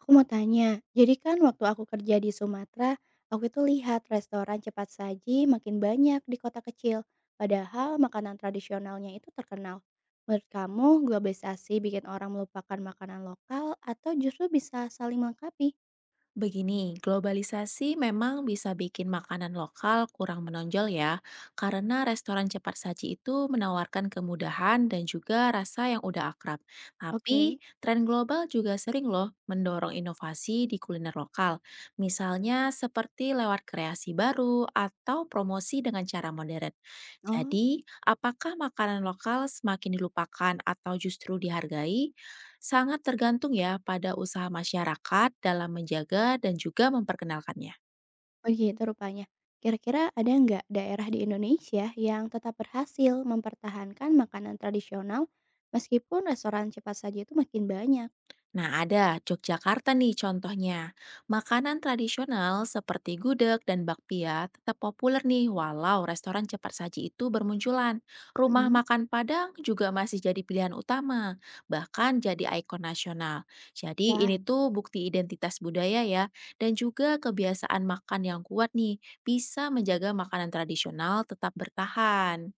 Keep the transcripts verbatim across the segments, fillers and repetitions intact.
Aku mau tanya, jadi kan waktu aku kerja di Sumatera, aku itu lihat restoran cepat saji makin banyak di kota kecil, padahal makanan tradisionalnya itu terkenal. Menurut kamu, globalisasi bikin orang melupakan makanan lokal atau justru bisa saling melengkapi? Begini, globalisasi memang bisa bikin makanan lokal kurang menonjol ya, karena restoran cepat saji itu menawarkan kemudahan dan juga rasa yang udah akrab. Oke. Tapi, tren global juga sering loh mendorong inovasi di kuliner lokal. Misalnya seperti lewat kreasi baru atau promosi dengan cara modern. Oh, Jadi, apakah makanan lokal semakin dilupakan atau justru dihargai? Sangat tergantung ya pada usaha masyarakat dalam menjaga dan juga memperkenalkannya. begitu rupanya. Kira-kira ada nggak daerah di Indonesia yang tetap berhasil mempertahankan makanan tradisional meskipun restoran cepat saji itu makin banyak? Nah, ada Yogyakarta nih contohnya. Makanan tradisional seperti gudeg dan bakpia tetap populer nih walau restoran cepat saji itu bermunculan. Rumah Mm. makan Padang juga masih jadi pilihan utama, bahkan jadi ikon nasional. Jadi Wah. ini tuh bukti identitas budaya ya dan juga kebiasaan makan yang kuat nih bisa menjaga makanan tradisional tetap bertahan.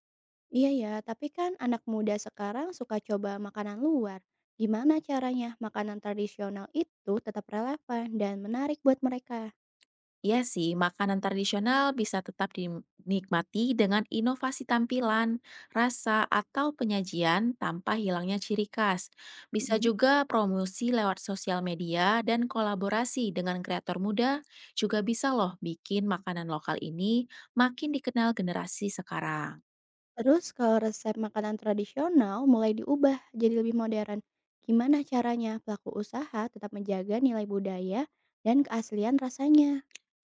Iya ya, tapi kan anak muda sekarang suka coba makanan luar. Gimana caranya makanan tradisional itu tetap relevan dan menarik buat mereka? Iya sih, makanan tradisional bisa tetap dinikmati dengan inovasi tampilan, rasa, atau penyajian tanpa hilangnya ciri khas. Bisa Mhm. juga promosi lewat sosial media dan kolaborasi dengan kreator muda juga bisa loh bikin makanan lokal ini makin dikenal generasi sekarang. Terus kalau resep makanan tradisional mulai diubah jadi lebih modern, gimana caranya pelaku usaha tetap menjaga nilai budaya dan keaslian rasanya?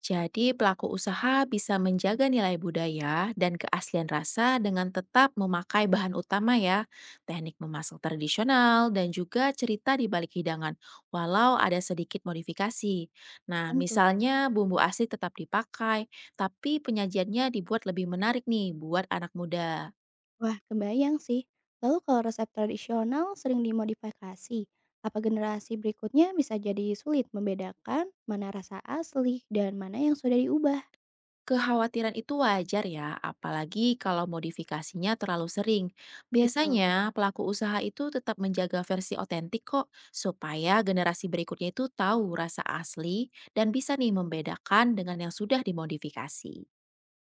Jadi, pelaku usaha bisa menjaga nilai budaya dan keaslian rasa dengan tetap memakai bahan utama ya, teknik memasak tradisional, dan juga cerita di balik hidangan, walau ada sedikit modifikasi. Nah, Tentu. misalnya bumbu asli tetap dipakai, tapi penyajiannya dibuat lebih menarik nih buat anak muda. Wah, kebayang sih. Lalu kalau resep tradisional sering dimodifikasi, apa generasi berikutnya bisa jadi sulit membedakan mana rasa asli dan mana yang sudah diubah? Kekhawatiran itu wajar ya, apalagi kalau modifikasinya terlalu sering. Betul. Biasanya pelaku usaha itu tetap menjaga versi otentik kok, supaya generasi berikutnya itu tahu rasa asli dan bisa nih membedakan dengan yang sudah dimodifikasi.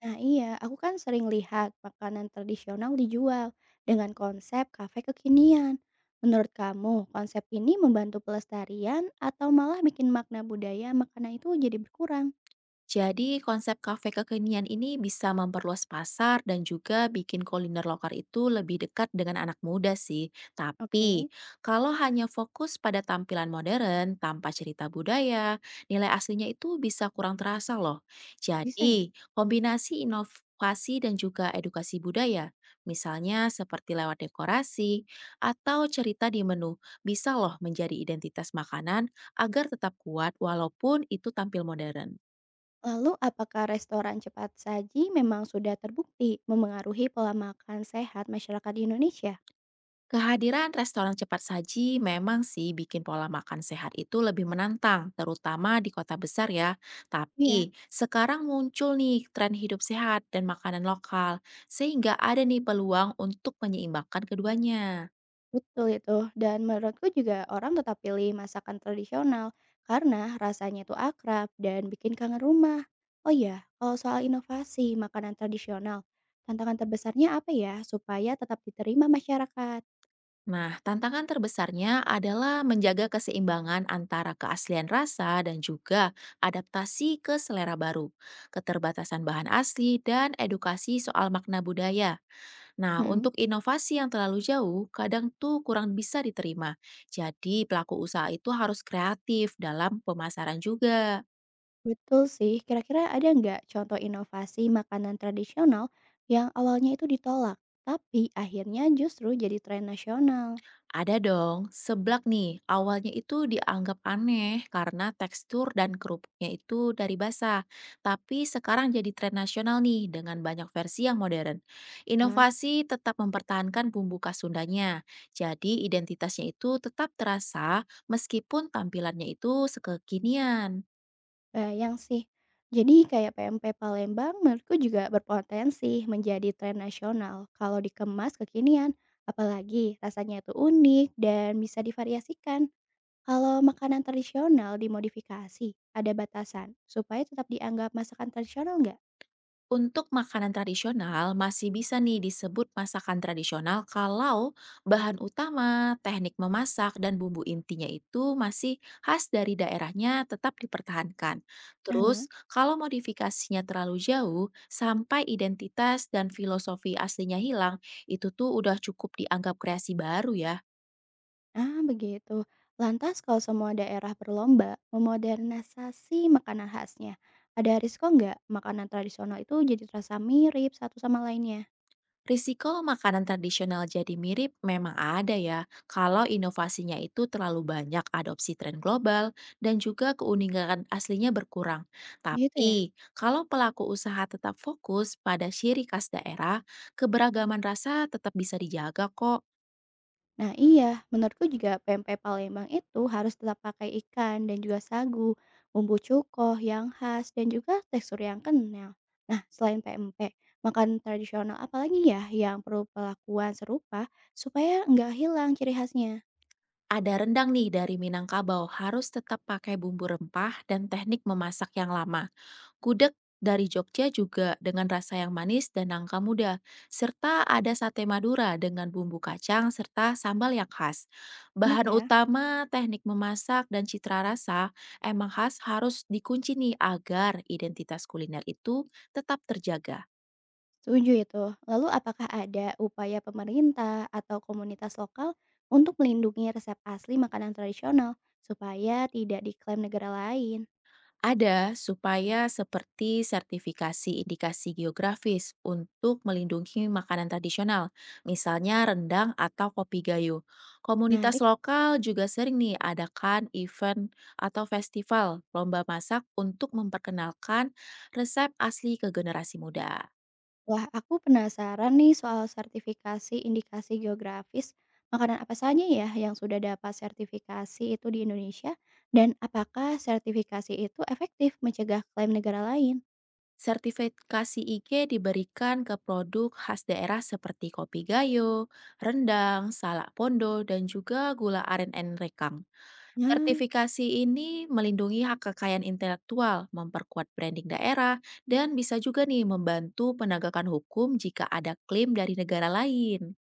Nah iya, aku kan sering lihat makanan tradisional dijual dengan konsep kafe kekinian. Menurut kamu, konsep ini membantu pelestarian atau malah bikin makna budaya makanan itu jadi berkurang? Jadi konsep kafe kekinian ini bisa memperluas pasar dan juga bikin kuliner lokal itu lebih dekat dengan anak muda sih. Oke, Tapi kalau hanya fokus pada tampilan modern tanpa cerita budaya, nilai aslinya itu bisa kurang terasa loh. bisa ya? Jadi kombinasi inovasi dan juga edukasi budaya, misalnya seperti lewat dekorasi atau cerita di menu, bisa loh menjadi identitas makanan agar tetap kuat walaupun itu tampil modern. Lalu apakah restoran cepat saji memang sudah terbukti memengaruhi pola makan sehat masyarakat di Indonesia? Kehadiran restoran cepat saji memang sih bikin pola makan sehat itu lebih menantang, terutama di kota besar ya. Tapi Iya, sekarang muncul nih tren hidup sehat dan makanan lokal, sehingga ada nih peluang untuk menyeimbangkan keduanya. betul itu. Dan menurutku juga orang tetap pilih masakan tradisional karena rasanya itu akrab dan bikin kangen rumah. Oh iya, kalau soal inovasi makanan tradisional, tantangan terbesarnya apa ya supaya tetap diterima masyarakat? Nah, tantangan terbesarnya adalah menjaga keseimbangan antara keaslian rasa dan juga adaptasi ke selera baru, keterbatasan bahan asli, dan edukasi soal makna budaya. Nah, Mm-mm. untuk inovasi yang terlalu jauh, kadang tuh kurang bisa diterima. Jadi, pelaku usaha itu harus kreatif dalam pemasaran juga. Betul sih, kira-kira ada nggak contoh inovasi makanan tradisional yang awalnya itu ditolak, tapi akhirnya justru jadi tren nasional? Ada dong, seblak nih, awalnya itu dianggap aneh karena tekstur dan kerupuknya itu dari basah. Tapi sekarang jadi tren nasional nih dengan banyak versi yang modern. Wah, Inovasi tetap mempertahankan bumbu khas Sundanya. Jadi identitasnya itu tetap terasa meskipun tampilannya itu sekekinian. bayang sih. Jadi kayak P M P Palembang menurutku juga berpotensi menjadi tren nasional kalau dikemas kekinian, apalagi rasanya itu unik dan bisa divariasikan. Kalau makanan tradisional dimodifikasi, ada batasan supaya tetap dianggap masakan tradisional Untuk makanan tradisional, masih bisa nih disebut masakan tradisional kalau bahan utama, teknik memasak, dan bumbu intinya itu masih khas dari daerahnya tetap dipertahankan. nggak? Terus, kalau modifikasinya terlalu jauh, sampai identitas dan filosofi aslinya hilang, itu tuh udah cukup dianggap kreasi baru ya. Ah, begitu. Lantas kalau semua daerah berlomba memodernisasi makanan khasnya, ada risiko nggak makanan tradisional itu jadi terasa mirip satu sama lainnya? Risiko makanan tradisional jadi mirip memang ada ya, kalau inovasinya itu terlalu banyak adopsi tren global dan juga keunikan aslinya berkurang. Gitu ya. Tapi, kalau pelaku usaha tetap fokus pada ciri khas daerah, keberagaman rasa tetap bisa dijaga kok. Nah iya, menurutku juga pempek Palembang itu harus tetap pakai ikan dan juga sagu, bumbu cukoh yang khas dan juga tekstur yang kenal. Nah selain pempek, makanan tradisional apalagi ya yang perlu perlakuan serupa supaya nggak hilang ciri khasnya? Ada rendang nih dari Minangkabau harus tetap pakai bumbu rempah dan teknik memasak yang lama. Gudeg dari Jogja juga dengan rasa yang manis dan nangka muda, serta ada sate Madura dengan bumbu kacang serta sambal yang khas. Enak Bahan ya. utama, teknik memasak, dan citra rasa emang khas harus dikunci nih agar identitas kuliner itu tetap terjaga. Setuju itu. Lalu apakah ada upaya pemerintah atau komunitas lokal untuk melindungi resep asli makanan tradisional supaya tidak diklaim negara lain? Ada, supaya seperti sertifikasi indikasi geografis untuk melindungi makanan tradisional, misalnya rendang atau kopi gayo. Menarik. Komunitas lokal juga sering nih adakan event atau festival lomba masak untuk memperkenalkan resep asli ke generasi muda. Wah, aku penasaran nih soal sertifikasi indikasi geografis. Makanan apa saja ya yang sudah dapat sertifikasi itu di Indonesia? Dan apakah sertifikasi itu efektif mencegah klaim negara lain? Sertifikasi I G diberikan ke produk khas daerah seperti kopi gayo, rendang, salak pondo, dan juga gula aren dan rekang. Nah. Sertifikasi ini melindungi hak kekayaan intelektual, memperkuat branding daerah, dan bisa juga nih membantu penegakan hukum jika ada klaim dari negara lain.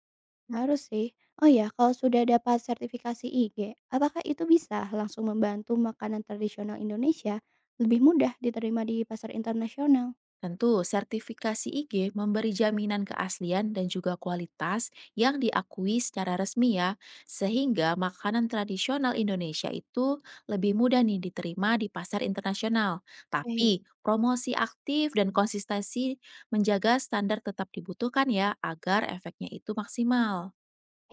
Harus sih. Oh ya, kalau sudah dapat sertifikasi I G, apakah itu bisa langsung membantu makanan tradisional Indonesia lebih mudah diterima di pasar internasional? Tentu, sertifikasi I G memberi jaminan keaslian dan juga kualitas yang diakui secara resmi ya, sehingga makanan tradisional Indonesia itu lebih mudah nih diterima di pasar internasional. Baik. Tapi, promosi aktif dan konsistensi menjaga standar tetap dibutuhkan ya, agar efeknya itu maksimal.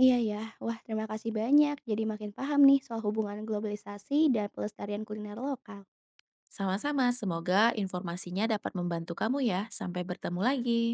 Iya ya, wah terima kasih banyak. Jadi makin paham nih soal hubungan globalisasi dan pelestarian kuliner lokal. Sama-sama, semoga informasinya dapat membantu kamu ya. Sampai bertemu lagi.